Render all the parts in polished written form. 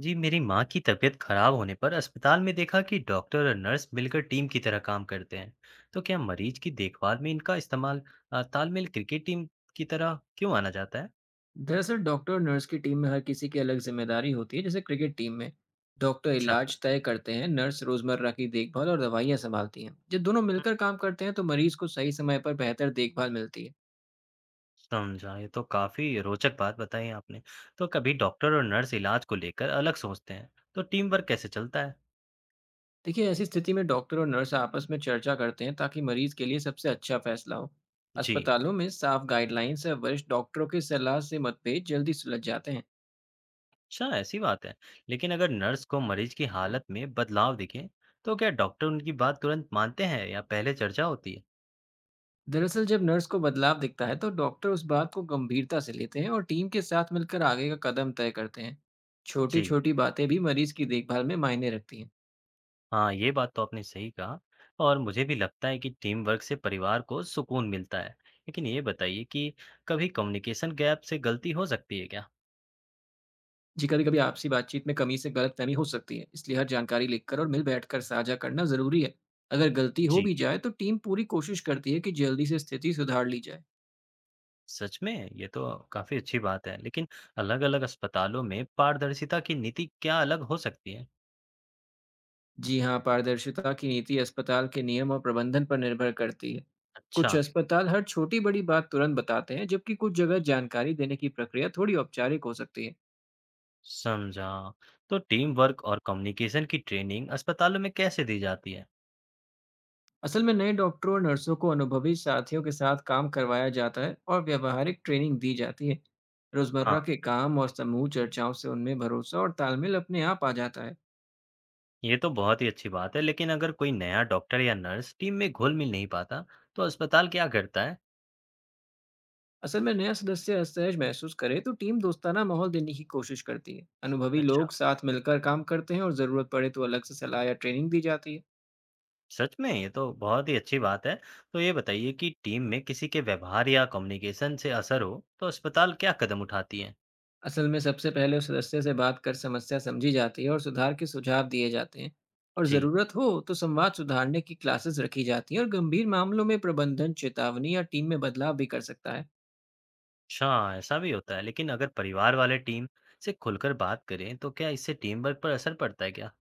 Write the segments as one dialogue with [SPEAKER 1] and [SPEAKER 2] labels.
[SPEAKER 1] जी, मेरी माँ की तबीयत खराब होने पर अस्पताल में देखा कि डॉक्टर और नर्स मिलकर टीम की तरह काम करते हैं। तो क्या मरीज की देखभाल में इनका इस्तेमाल तालमेल क्रिकेट टीम की तरह क्यों माना जाता है।
[SPEAKER 2] दरअसल डॉक्टर और नर्स की टीम में हर किसी की अलग जिम्मेदारी होती है, जैसे क्रिकेट टीम में। डॉक्टर
[SPEAKER 1] अच्छा।
[SPEAKER 2] इलाज तय करते हैं, नर्स रोजमर्रा की देखभाल और दवाइयाँ संभालती हैं। जब दोनों
[SPEAKER 1] हम्म,
[SPEAKER 2] मिलकर काम करते हैं तो मरीज को सही समय पर बेहतर देखभाल मिलती है।
[SPEAKER 1] समझा। ये तो काफी रोचक बात बताई आपने। तो कभी डॉक्टर और नर्स इलाज को लेकर अलग सोचते हैं, तो टीम वर्क कैसे चलता है।
[SPEAKER 2] देखिए, ऐसी स्थिति में डॉक्टर और नर्स आपस में चर्चा करते हैं ताकि मरीज के लिए सबसे अच्छा फैसला हो।
[SPEAKER 1] जी।
[SPEAKER 2] अस्पतालों में साफ गाइडलाइंस या वरिष्ठ डॉक्टरों की सलाह से मतभेद जल्दी सुलझ जाते हैं।
[SPEAKER 1] अच्छा, ऐसी बात है। लेकिन अगर नर्स को मरीज की हालत में बदलाव दिखे, तो क्या डॉक्टर उनकी बात तुरंत मानते हैं या पहले चर्चा होती है।
[SPEAKER 2] दरअसल, जब नर्स को बदलाव दिखता है तो डॉक्टर उस बात को गंभीरता से लेते हैं और टीम के साथ मिलकर आगे का कदम तय करते हैं। छोटी
[SPEAKER 1] जी।
[SPEAKER 2] छोटी बातें भी मरीज की देखभाल में मायने रखती हैं।
[SPEAKER 1] हाँ, ये बात तो आपने सही कहा। और मुझे भी लगता है कि टीम वर्क से परिवार को सुकून मिलता है। लेकिन ये बताइए कि कभी कम्युनिकेशन गैप से गलती हो सकती है क्या?
[SPEAKER 2] जी, कभी कभी आपसी बातचीत में कमी से गलतफहमी हो सकती है, इसलिए हर जानकारी लिखकर और मिल बैठकर साझा करना जरूरी है। अगर गलती हो
[SPEAKER 1] जी।
[SPEAKER 2] भी जाए तो टीम पूरी कोशिश करती है कि जल्दी से स्थिति सुधार ली जाए।
[SPEAKER 1] सच में, ये तो काफी अच्छी बात है। लेकिन अलग-अलग अस्पतालों में पारदर्शिता की नीति क्या अलग हो सकती है?
[SPEAKER 2] जी हाँ, पारदर्शिता की नीति अस्पताल के नियम और प्रबंधन पर निर्भर करती है। कुछ
[SPEAKER 1] अच्छा,
[SPEAKER 2] अस्पताल हर छोटी-बड़ी बात तुरंत बताते हैं, जबकि कुछ जगह जानकारी देने की प्रक्रिया थोड़ी औपचारिक हो सकती है।
[SPEAKER 1] समझा। तो टीम वर्क और कम्युनिकेशन की ट्रेनिंग अस्पतालों में कैसे दी जाती है?
[SPEAKER 2] असल में नए डॉक्टरों और नर्सों को अनुभवी साथियों के साथ काम करवाया जाता है और व्यावहारिक ट्रेनिंग दी जाती है। रोजमर्रा
[SPEAKER 1] हाँ,
[SPEAKER 2] के काम और समूह चर्चाओं से उनमें भरोसा और तालमेल अपने आप आ जाता है।
[SPEAKER 1] ये तो बहुत ही अच्छी बात है। लेकिन अगर कोई नया डॉक्टर या नर्स टीम में घुल मिल नहीं पाता, तो अस्पताल क्या करता है?
[SPEAKER 2] असल में, नया सदस्य असहज महसूस करे तो टीम दोस्ताना माहौल देने की कोशिश करती है। अनुभवी
[SPEAKER 1] अच्छा।
[SPEAKER 2] लोग साथ मिलकर काम करते हैं और ज़रूरत पड़े तो अलग से सलाह या ट्रेनिंग दी जाती है।
[SPEAKER 1] सच में, ये तो बहुत ही अच्छी बात है। तो ये बताइए कि टीम में किसी के व्यवहार या कम्युनिकेशन से असर हो तो अस्पताल क्या कदम उठाती है?
[SPEAKER 2] असल में सबसे पहले उस सदस्य से बात कर समस्या समझी जाती है और सुधार के सुझाव दिए जाते हैं। और
[SPEAKER 1] जी।
[SPEAKER 2] ज़रूरत हो तो संवाद सुधारने की क्लासेस रखी जाती हैं, और गंभीर मामलों में प्रबंधन चेतावनी या टीम में बदलाव भी कर सकता है।
[SPEAKER 1] अच्छा, ऐसा भी होता है। लेकिन अगर परिवार वाले टीम से खुलकर बात करें, तो क्या इससे टीम वर्क पर असर पड़ता है क्या?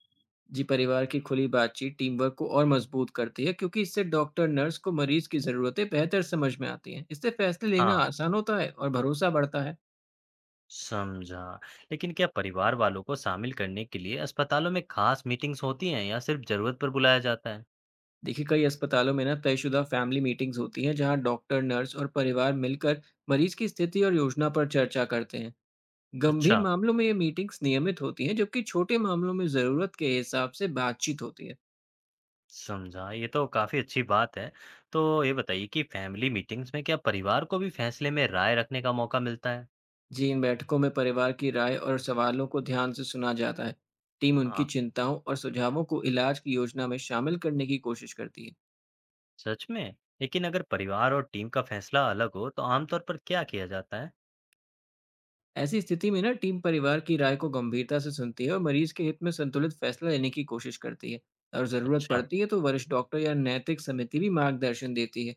[SPEAKER 2] जी, परिवार की खुली बातचीत टीम वर्क को और मजबूत करती है क्योंकि इससे डॉक्टर नर्स को मरीज की ज़रूरतें बेहतर समझ में आती हैं। इससे फैसले लेना
[SPEAKER 1] हाँ,
[SPEAKER 2] आसान होता है और भरोसा बढ़ता है।
[SPEAKER 1] समझा। लेकिन क्या परिवार वालों को शामिल करने के लिए अस्पतालों में खास मीटिंग्स होती हैं या सिर्फ जरूरत पर बुलाया जाता है?
[SPEAKER 2] देखिए, कई अस्पतालों में ना तयशुदा फैमिली मीटिंग्स होती हैं जहां डॉक्टर, नर्स और परिवार मिलकर मरीज की स्थिति और योजना पर चर्चा करते हैं। गंभीर
[SPEAKER 1] अच्छा,
[SPEAKER 2] मामलों में ये मीटिंग्स नियमित होती हैं, जबकि छोटे मामलों में ज़रूरत के हिसाब से बातचीत होती है।
[SPEAKER 1] समझा। ये तो काफ़ी अच्छी बात है। तो ये बताइए कि फैमिली मीटिंग्स में क्या परिवार को भी फैसले में राय रखने का मौका मिलता है?
[SPEAKER 2] जी, इन बैठकों में परिवार की राय और सवालों को ध्यान से सुना जाता है। टीम
[SPEAKER 1] हाँ,
[SPEAKER 2] उनकी चिंताओं और सुझावों को इलाज की योजना में शामिल करने की कोशिश करती है।
[SPEAKER 1] सच में? लेकिन अगर परिवार और टीम का फैसला अलग हो, तो आमतौर पर क्या किया जाता है?
[SPEAKER 2] ऐसी स्थिति में ना टीम परिवार की राय को गंभीरता से सुनती है और मरीज के हित में संतुलित फैसला लेने की कोशिश करती है। और ज़रूरत
[SPEAKER 1] अच्छा,
[SPEAKER 2] पड़ती है तो वरिष्ठ डॉक्टर या नैतिक समिति भी मार्गदर्शन देती है।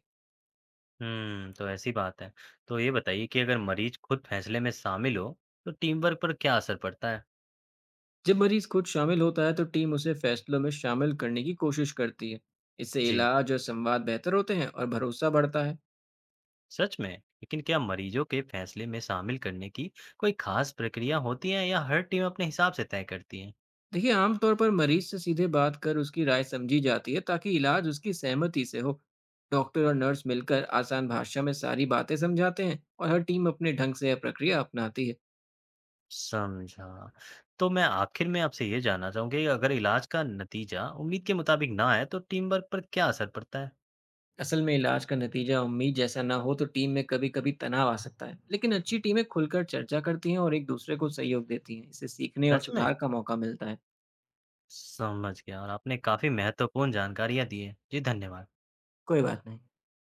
[SPEAKER 1] तो ऐसी बात है। तो ये बताइए कि अगर मरीज खुद फैसले में शामिल हो, तो टीम वर्क पर क्या असर पड़ता है?
[SPEAKER 2] जब मरीज खुद शामिल होता है तो टीम उसे फैसलों में शामिल करने की कोशिश करती है। इससे
[SPEAKER 1] जी,
[SPEAKER 2] इलाज और संवाद बेहतर होते हैं और भरोसा बढ़ता है।
[SPEAKER 1] सच में? लेकिन क्या मरीजों के फैसले में शामिल करने की कोई खास प्रक्रिया होती है या हर टीम अपने हिसाब से तय करती है?
[SPEAKER 2] देखिए, आमतौर पर मरीज से सीधे बात कर उसकी राय समझी जाती है ताकि इलाज उसकी सहमति से हो। डॉक्टर और नर्स मिलकर आसान भाषा में सारी बातें समझाते हैं और हर टीम अपने ढंग से यह प्रक्रिया अपनाती है।
[SPEAKER 1] समझा। तो मैं आखिर में आपसे ये जानना चाहूँगा कि अगर इलाज का नतीजा उम्मीद के मुताबिक ना आए तो टीम वर्क पर क्या असर पड़ता है?
[SPEAKER 2] असल में इलाज का नतीजा उम्मीद जैसा ना हो तो टीम में कभी कभी तनाव आ सकता है, लेकिन अच्छी टीमें खुलकर चर्चा करती हैं और एक दूसरे को सहयोग देती हैं। इससे सीखने और
[SPEAKER 1] सच में?
[SPEAKER 2] सुधार का मौका मिलता है।
[SPEAKER 1] समझ गया। और आपने काफ़ी महत्वपूर्ण जानकारियाँ दी हैं। जी, धन्यवाद।
[SPEAKER 2] कोई बात नहीं।